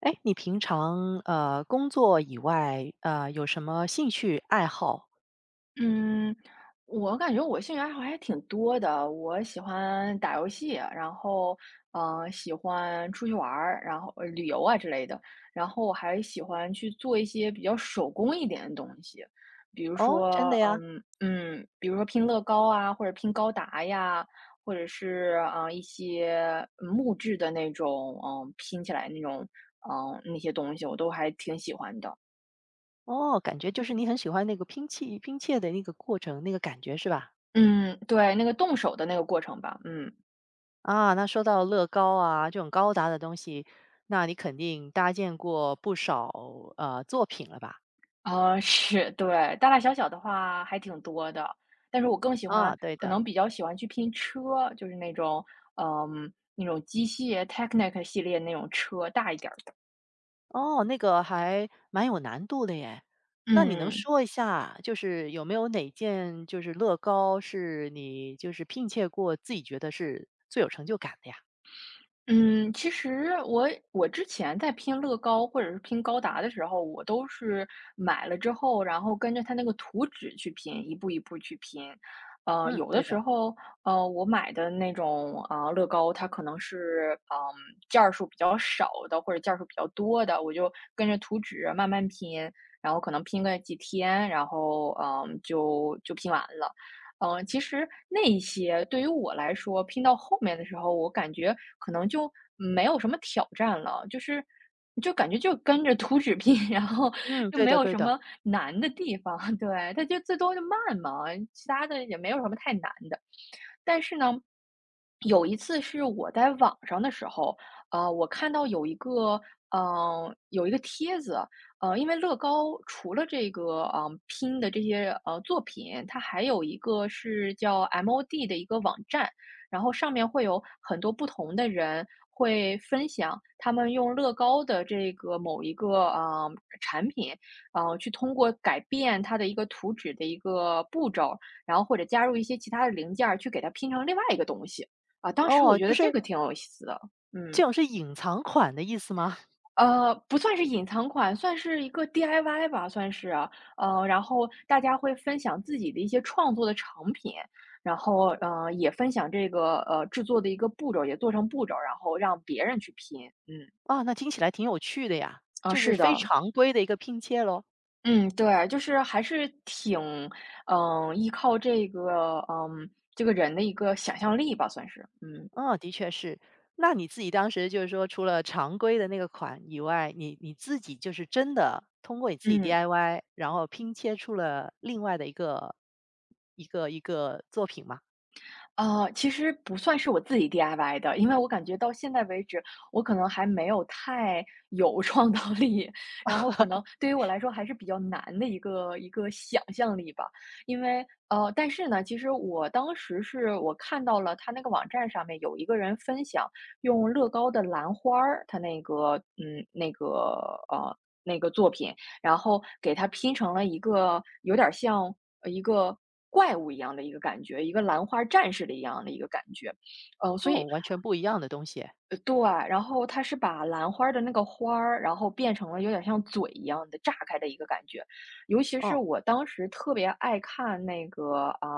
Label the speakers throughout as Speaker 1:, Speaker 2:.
Speaker 1: 哎，你平常工作以外，有什么兴趣爱好？
Speaker 2: 嗯，我感觉我兴趣爱好还挺多的，我喜欢打游戏，然后喜欢出去玩儿，然后旅游啊之类的，然后我还喜欢去做一些比较手工一点的东西，比如
Speaker 1: 哦，真
Speaker 2: 说
Speaker 1: 的呀？
Speaker 2: 比如说拼乐高啊，或者拼高达呀，或者是啊、一些木质的那种嗯、拼起来那种嗯、那些东西，我都还挺喜欢的。
Speaker 1: 哦，感觉就是你很喜欢那个拼砌的那个过程，那个感觉是吧？
Speaker 2: 嗯，对，那个动手的那个过程吧，嗯。
Speaker 1: 啊，那说到乐高啊这种高达的东西，那你肯定搭建过不少作品了吧？
Speaker 2: 啊，是，对，大大小小的话还挺多的，但是我更喜欢
Speaker 1: 啊，对
Speaker 2: 可
Speaker 1: 的。
Speaker 2: 能比较喜欢去拼车，就是那种，嗯，那种机械 Technic 系列那种车，大一点儿的。
Speaker 1: 哦，那个还蛮有难度的耶。那你能
Speaker 2: 嗯。
Speaker 1: 说一下，就是有没有哪件就是乐高是你就是拼切过，自己觉得是最有成就感的呀？
Speaker 2: 嗯，其实我之前在拼乐高或者是拼高达的时候，我都是买了之后，然后跟着它那个图纸去拼，一步一步去拼。
Speaker 1: 嗯，
Speaker 2: 有的
Speaker 1: 对的。
Speaker 2: 时候，我买的那种啊、乐高，它可能是件儿数比较少的，或者件儿数比较多的，我就跟着图纸慢慢拼，然后可能拼个几天，然后就拼完了。嗯，其实那一些对于我来说，拼到后面的时候，我感觉可能就没有什么挑战了，就感觉就跟着图纸拼，然后
Speaker 1: 嗯，
Speaker 2: 就
Speaker 1: 对
Speaker 2: 没
Speaker 1: 的，
Speaker 2: 有
Speaker 1: 对
Speaker 2: 什
Speaker 1: 的。
Speaker 2: 么难的地方，对，它就最多就慢嘛，其他的也没有什么太难的。但是呢，有一次是我在网上的时候，我看到有一个，嗯、有一个帖子，因为乐高除了这个啊，拼的这些，作品，它还有一个是叫 MOD 的一个网站，然后上面会有很多不同的人会分享他们用乐高的这个某一个啊，产品，去通过改变它的一个图纸的一个步骤，然后或者加入一些其他的零件儿去给它拼成另外一个东西。啊，当时我
Speaker 1: 哦，
Speaker 2: 觉
Speaker 1: 就
Speaker 2: 得这
Speaker 1: 是
Speaker 2: 个挺有意思的，
Speaker 1: 这
Speaker 2: 嗯。
Speaker 1: 种是隐藏款的意思吗？
Speaker 2: 呃，不算是隐藏款，算是一个 DIY 吧，算是啊。然后大家会分享自己的一些创作的成品，然后，也分享这个，制作的一个步骤，也做成步骤，然后让别人去拼。嗯，
Speaker 1: 啊，那听起来挺有趣的呀，
Speaker 2: 啊，
Speaker 1: 就是
Speaker 2: 是
Speaker 1: 非
Speaker 2: 的，
Speaker 1: 常规的一个拼切喽。
Speaker 2: 嗯，对，就是还是挺，嗯，依靠这个，嗯，这个人的一个想象力吧，算是，嗯，
Speaker 1: 哦，的确是。那你自己当时就是说，除了常规的那个款以外，你自己就是真的通过你自己
Speaker 2: 嗯。
Speaker 1: DIY，然后拼切出了另外的一个一个作品嘛？
Speaker 2: 呃，其实不算是我自己 DIY 的，因为我感觉到现在为止，我可能还没有太有创造力，然后可能对于我来说还是比较难的一个想象力吧。因为但是呢，其实我当时是我看到了他那个网站上面有一个人分享用乐高的兰花儿，他那个那个呃那个作品，然后给它拼成了一个有点像一个怪物一样的一个感觉，一个兰花战士的一样的一个感觉。呃，所
Speaker 1: 哦，
Speaker 2: 以
Speaker 1: 完全不一样的东西。
Speaker 2: 呃对，然后它是把兰花儿的那个花儿，然后变成了有点像嘴一样的炸开的一个感觉。尤其是
Speaker 1: 哦，
Speaker 2: 我当时特别爱看那个啊，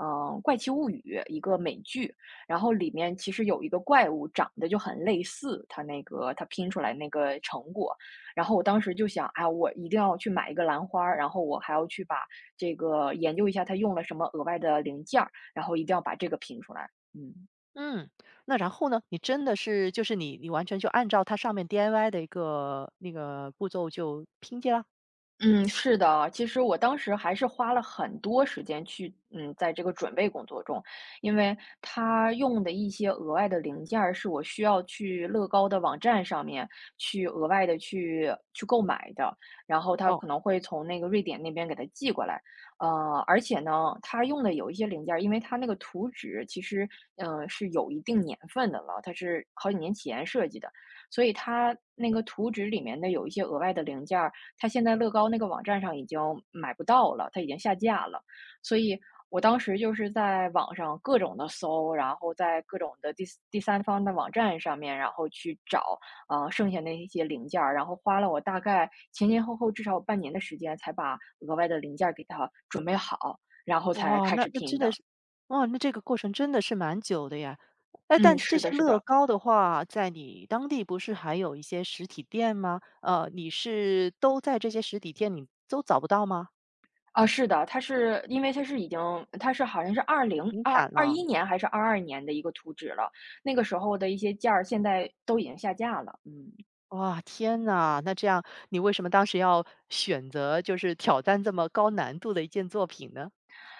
Speaker 2: 嗯，《怪奇物语》一个美剧，然后里面其实有一个怪物长得就很类似它那个它拼出来那个成果，然后我当时就想，哎呀我一定要去买一个兰花儿，然后我还要去把这个研究一下它用了什么额外的零件儿，然后一定要把这个拼出来。嗯。
Speaker 1: 嗯，那然后呢？你真的是就是你完全就按照它上面 DIY 的一个那个步骤就拼接啦？
Speaker 2: 嗯，是的，其实我当时还是花了很多时间去，嗯，在这个准备工作中，因为他用的一些额外的零件儿是我需要去乐高的网站上面去额外的去购买的，然后他
Speaker 1: 哦。
Speaker 2: 可能会从那个瑞典那边给他寄过来，而且呢，他用的有一些零件儿，因为他那个图纸其实，嗯、是有一定年份的了，它是好几年前设计的，所以它那个图纸里面的有一些额外的零件。儿。它现在乐高那个网站上已经买不到了，它已经下架了。所以我当时就是在网上各种的搜，然后在各种的第三方的网站上面，然后去找，剩下那些零件儿，然后花了我大概前前后后至少有半年的时间，才把额外的零件儿给它准备好，然后才
Speaker 1: 哇，
Speaker 2: 开
Speaker 1: 那
Speaker 2: 始
Speaker 1: 那真
Speaker 2: 拼
Speaker 1: 的
Speaker 2: 的。
Speaker 1: 是。哇，那这个过程真的是蛮久的呀。哎，
Speaker 2: 嗯，
Speaker 1: 但这
Speaker 2: 是
Speaker 1: 些
Speaker 2: 的是
Speaker 1: 乐
Speaker 2: 的。
Speaker 1: 高的话，在你当地不是还有一些实体店吗？呃，你是都在这些实体店你都找不到吗？
Speaker 2: 啊，是的，它是因为它是已经它是好像是二零
Speaker 1: 停
Speaker 2: 二
Speaker 1: 产
Speaker 2: 二
Speaker 1: 了。
Speaker 2: 一年还是22年的一个图纸了，那个时候的一些件儿现在都已经下架了，嗯。
Speaker 1: 哇，天呐，那这样你为什么当时要选择就是挑战这么高难度的一件作品呢？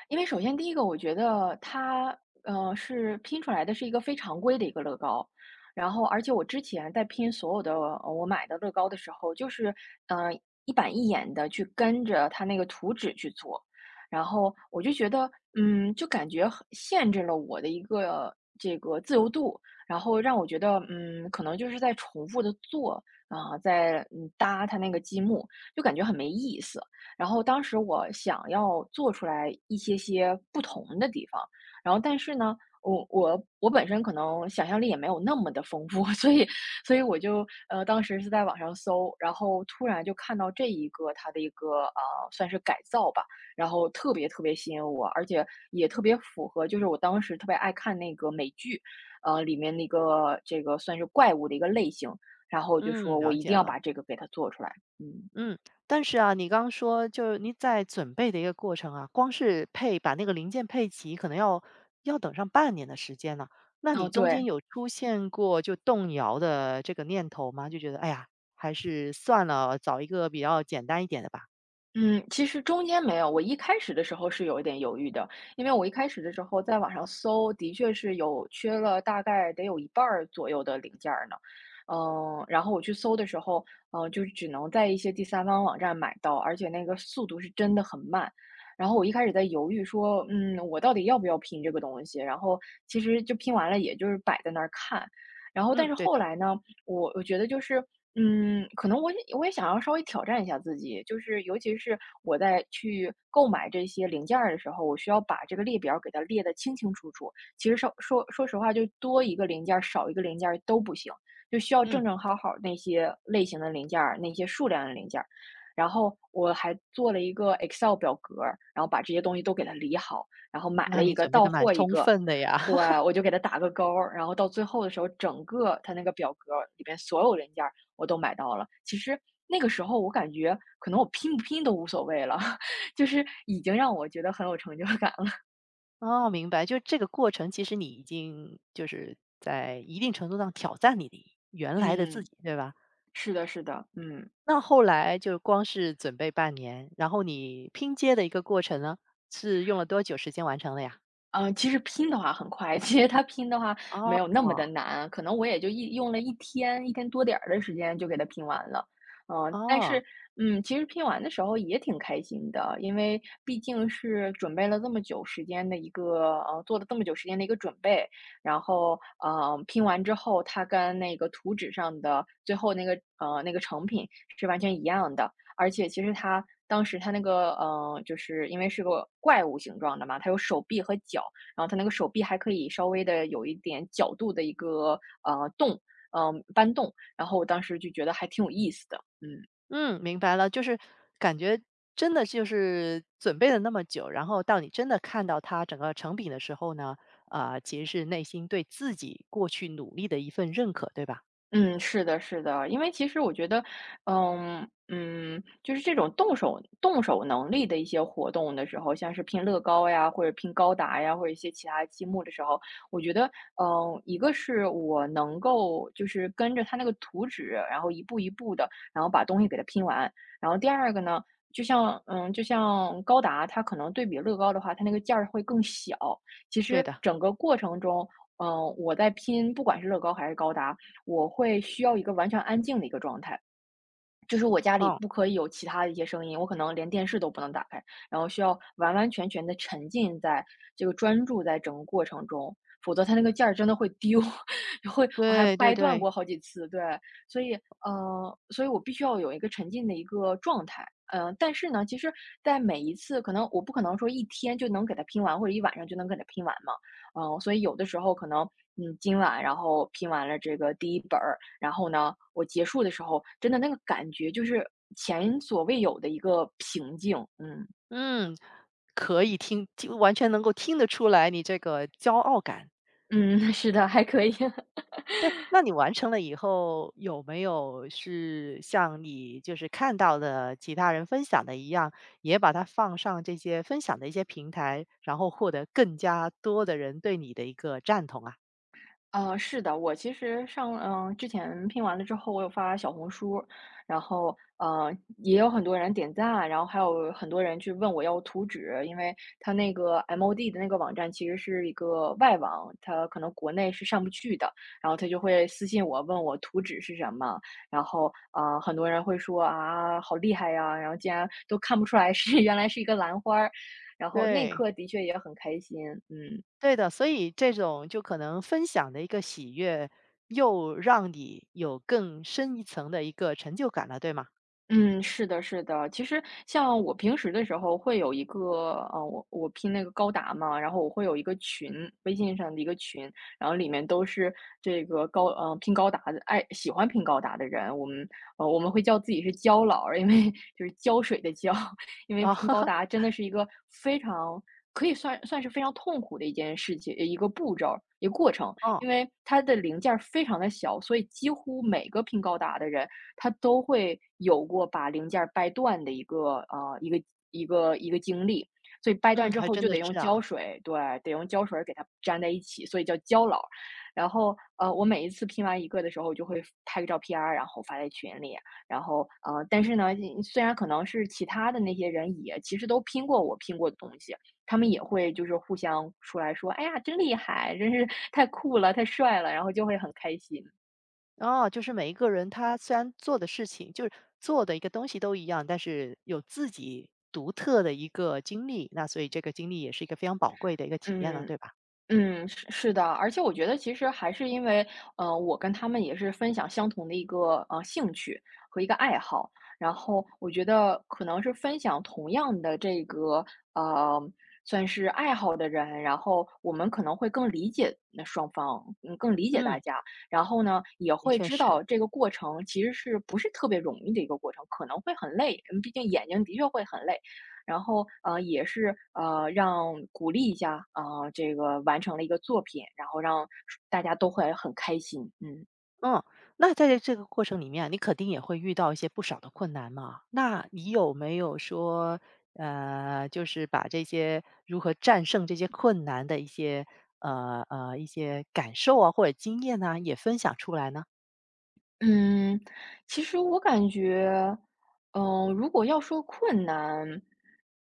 Speaker 2: 因为首先第一个，我觉得它，是拼出来的是一个非常规的一个乐高。然后，而且我之前在拼所有的我买的乐高的时候，就是，呃，一板一眼的去跟着它那个图纸去做。然后我就觉得，嗯，就感觉很限制了我的一个这个自由度，然后让我觉得，嗯，可能就是在重复的做啊，在搭它那个积木，就感觉很没意思。然后当时我想要做出来一些些不同的地方，然后但是呢，我本身可能想象力也没有那么的丰富，所以我就当时是在网上搜，然后突然就看到这一个它的一个算是改造吧，然后特别特别吸引我，而且也特别符合，就是我当时特别爱看那个美剧，里面那个这个算是怪物的一个类型，然后我就
Speaker 1: 嗯，
Speaker 2: 说我
Speaker 1: 了
Speaker 2: 一
Speaker 1: 解
Speaker 2: 定要
Speaker 1: 了。
Speaker 2: 把这个给它做出来，嗯，
Speaker 1: 嗯，但是啊，你刚刚说就是你在准备的一个过程啊，光是配把那个零件配齐，可能要等上半年的时间呢、那你
Speaker 2: 哦
Speaker 1: 中间
Speaker 2: 对，
Speaker 1: 有出现过就动摇的这个念头吗？就觉得哎呀，还是算了，找一个比较简单一点的吧。
Speaker 2: 嗯，其实中间没有，我一开始的时候是有一点犹豫的，因为我一开始的时候在网上搜，的确是有缺了大概得有一半儿左右的零件儿呢，嗯，然后我去搜的时候，嗯，就是只能在一些第三方网站买到，而且那个速度是真的很慢。然后我一开始在犹豫说，嗯，我到底要不要拼这个东西？然后其实就拼完了，也就是摆在那儿看。然后但
Speaker 1: 嗯，
Speaker 2: 是
Speaker 1: 对
Speaker 2: 后
Speaker 1: 的。
Speaker 2: 来呢，我觉得就是嗯，可能我也想要稍微挑战一下自己，就是尤其是我在去购买这些零件儿的时候，我需要把这个列表儿给它列得清清楚楚。其实说实话，就多一个零件儿，少一个零件儿都不行，就需要
Speaker 1: 嗯，
Speaker 2: 正正好好那些类型的零件儿，那些数量的零件儿。然后我还做了一个 Excel 表格儿，然后把这些东西都给它理好，然后买
Speaker 1: 那
Speaker 2: 了一
Speaker 1: 你
Speaker 2: 个
Speaker 1: 准备
Speaker 2: 到
Speaker 1: 的蛮
Speaker 2: 货一
Speaker 1: 充
Speaker 2: 个，
Speaker 1: 分的呀。
Speaker 2: 对，我就给它打个勾儿，然后到最后的时候，整个它那个表格里边所有零件。我都买到了。其实那个时候我感觉可能我拼不拼都无所谓了，就是已经让我觉得很有成就感了。
Speaker 1: 哦，明白，就这个过程，其实你已经就是在一定程度上挑战你的原来的自
Speaker 2: 嗯，
Speaker 1: 己，对吧？
Speaker 2: 是的，是的，嗯。
Speaker 1: 那后来就光是准备半年，然后你拼接的一个过程呢，是用了多久时间完成的呀？
Speaker 2: 嗯，其实拼的话很快，其实它拼的话没
Speaker 1: 哦。
Speaker 2: 有那么的难，可能我也就用了一天，一天多点儿的时间就给它拼完了。嗯，但
Speaker 1: 哦，
Speaker 2: 是，嗯，其实拼完的时候也挺开心的，因为毕竟是准备了这么久时间的一个，做了这么久时间的一个准备，然后，拼完之后，它跟那个图纸上的最后那个，那个成品是完全一样的。而且其实它当时它那个就是因为是个怪物形状的嘛，它有手臂和脚，然后它那个手臂还可以稍微的有一点角度的一个，动，搬动，然后我当时就觉得还挺有意思的，嗯。
Speaker 1: 嗯，明白了，就是感觉真的就是准备了那么久，然后到你真的看到它整个成品的时候呢，啊，其实是内心对自己过去努力的一份认可，对吧？
Speaker 2: 嗯，是的，是的，因为其实我觉得，嗯嗯，就是这种动手能力的一些活动的时候，像是拼乐高呀，或者拼高达呀，或者一些其他积木的时候，我觉得，嗯，一个是我能够就是跟着它那个图纸，然后一步一步的，然后把东西给它拼完，然后第二个呢，就像嗯，就像高达，它可能对比乐高的话，它那个件儿会更小，其
Speaker 1: 对
Speaker 2: 实
Speaker 1: 的。
Speaker 2: 整个过程中。嗯，我在拼，不管是乐高还是高达，我会需要一个完全安静的一个状态，就是我家里
Speaker 1: 哦，
Speaker 2: 不可以有其他的一些声音，我可能连电视都不能打开，然后需要完完全全的沉浸在这个专注在整个过程中，否则它那个件儿真的会丢，会我还
Speaker 1: 对
Speaker 2: 掰
Speaker 1: 对
Speaker 2: 断
Speaker 1: 对。
Speaker 2: 过好几次，对，所以所以我必须要有一个沉浸的一个状态。但是呢，其实，在每一次，可能我不可能说一天就能给它拼完，或者一晚上就能给它拼完嘛。嗯，所以有的时候可能，嗯，今晚然后拼完了这个第一本儿，然后呢，我结束的时候，真的那个感觉就是前所未有的一个平静，嗯。
Speaker 1: 嗯，可以听，听完全能够听得出来你这个骄傲感。
Speaker 2: 嗯，是的，还可以。
Speaker 1: 对，那你完成了以后，有没有是像你就是看到的其他人分享的一样，也把它放上这些分享的一些平台，然后获得更加多的人对你的一个赞同啊？
Speaker 2: 是的，我其实上之前拼完了之后，我有发小红书，然后也有很多人点赞啊，然后还有很多人去问我要图纸，因为它那个 MOD 的那个网站其实是一个外网，它可能国内是上不去的，然后他就会私信我问我图纸是什么，然后很多人会说啊，好厉害呀，然后竟然都看不出来是 原来是一个兰花儿，然后那一
Speaker 1: 对。
Speaker 2: 刻的确也很开心，嗯。
Speaker 1: 对的，所以这种就可能分享的一个喜悦，又让你有更深一层的一个成就感了，对吗？
Speaker 2: 嗯，是的，是的。其实像我平时的时候会有一个，我拼那个高达嘛，然后我会有一个群，微信上的一个群，然后里面都是这个高，拼高达的，喜欢拼高达的人。我们，我们会叫自己是胶佬儿，因为就是胶水的胶，因 为拼高
Speaker 1: 哦。
Speaker 2: 达真的是一个非常可以算是非常痛苦的一件事情，一个步骤，一个过程，
Speaker 1: 哦，
Speaker 2: 因为它的零件儿非常的小，所以几乎每个拼高达的人。他都会有过把零件儿掰断的一个一个一个经历。所以掰
Speaker 1: 嗯，
Speaker 2: 断之
Speaker 1: 还
Speaker 2: 后
Speaker 1: 真
Speaker 2: 就
Speaker 1: 的
Speaker 2: 得用
Speaker 1: 是
Speaker 2: 胶
Speaker 1: 啊。
Speaker 2: 水对，得用胶水给它粘在一起，所以叫胶牢。然后，我每一次拼完一个的时候，我就会拍个照片儿，然后发在群里。然后，但是呢，虽然可能是其他的那些人也其实都拼过我拼过的东西，他们也会就是互相出来说：“哎呀，真厉害，真是太酷了，太帅了。”然后就会很开心。
Speaker 1: 哦，就是每一个人他虽然做的事情，就是做的一个东西都一样，但是有自己独特的一个经历，那所以这个经历也是一个非常宝贵的一个体验了，
Speaker 2: 嗯。
Speaker 1: 对吧？
Speaker 2: 嗯，是是的，而且我觉得其实还是因为，我跟他们也是分享相同的一个兴趣和一个爱好，然后我觉得可能是分享同样的这个呃算是爱好的人，然后我们可能会更理解那双方，嗯，更理解大
Speaker 1: 嗯，
Speaker 2: 家，然后呢也
Speaker 1: 的
Speaker 2: 会
Speaker 1: 确
Speaker 2: 知
Speaker 1: 是。
Speaker 2: 道这个过程其实是不是特别容易的一个过程，可能会很累，嗯，毕竟眼睛的确会很累。然后也是让鼓励一下啊、这个完成了一个作品，然后让大家都会很开心，嗯。
Speaker 1: 嗯，那在这个过程里面，你肯定也会遇到一些不少的困难嘛。那你有没有说，就是把这些如何战胜这些困难的一些一些感受啊，或者经验啊，也分享出来呢？
Speaker 2: 嗯，其实我感觉，如果要说困难，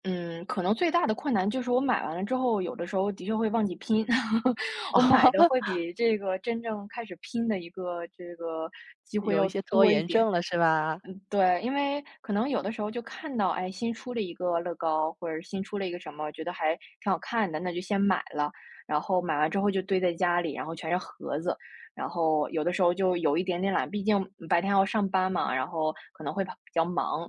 Speaker 2: 嗯，可能最大的困难就是我买完了之后，有的时候的确会忘记拼，我买的
Speaker 1: 哦，
Speaker 2: 会比这个真正开始拼的一个这个机会
Speaker 1: 有一
Speaker 2: 要
Speaker 1: 些拖
Speaker 2: 多一
Speaker 1: 延
Speaker 2: 点。
Speaker 1: 症了是吧？
Speaker 2: 对，因为可能有的时候就看到，哎，新出了一个乐高，或者是新出了一个什么，觉得还挺好看的，那就先买了。然后买完之后就堆在家里，然后全是盒子。然后有的时候就有一点点懒，毕竟白天要上班嘛，然后可能会比较忙，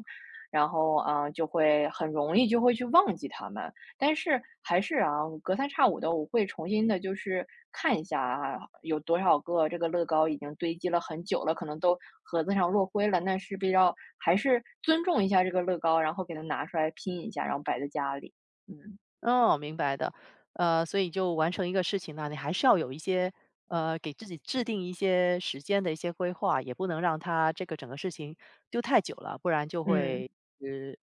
Speaker 2: 然后就会很容易就会去忘记它们。但是还是啊，隔三差五的我会重新的，就是看一下啊，有多少个这个乐高已经堆积了很久了，可能都盒子上落灰了。那势必要还是尊重一下这个乐高，然后给它拿出来拼一下，然后摆在家里。嗯
Speaker 1: 哦，明白的。呃，所以就完成一个事情呢，你还是要有一些呃，给自己制定一些时间的一些规划，也不能让它这个整个事情丢太久了，不然就
Speaker 2: 嗯
Speaker 1: 会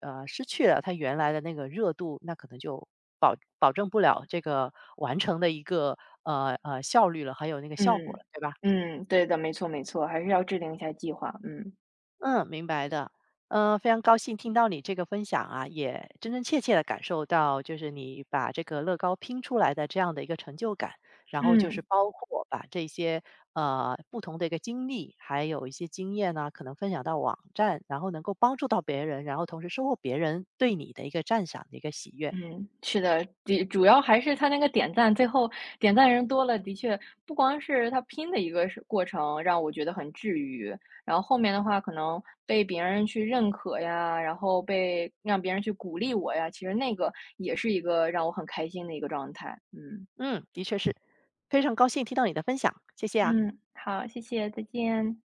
Speaker 1: 失去了它原来的那个热度，那可能就保证不了这个完成的一个效率了，还有那个效果了，
Speaker 2: 嗯
Speaker 1: 对吧？
Speaker 2: 嗯，对的，没错没错，还是要制定一下计划。嗯
Speaker 1: 嗯，明白的。嗯，非常高兴听到你这个分享啊，也真真切切的感受到，就是你把这个乐高拼出来的这样的一个成就感，然后就是
Speaker 2: 嗯。
Speaker 1: 包括把这些不同的一个经历，还有一些经验呢，可能分享到网站，然后能够帮助到别人，然后同时收获别人对你的一个赞赏的一个喜悦。
Speaker 2: 嗯，是的，的主要还是他那个点赞，最后点赞人多了，的确不光是他拼的一个是过程，让我觉得很治愈。然后后面的话，可能被别人去认可呀，然后被让别人去鼓励我呀，其实那个也是一个让我很开心的一个状态。嗯
Speaker 1: 嗯，的确是非常高兴听到你的分享，谢谢啊。
Speaker 2: 嗯，好，谢谢，再见。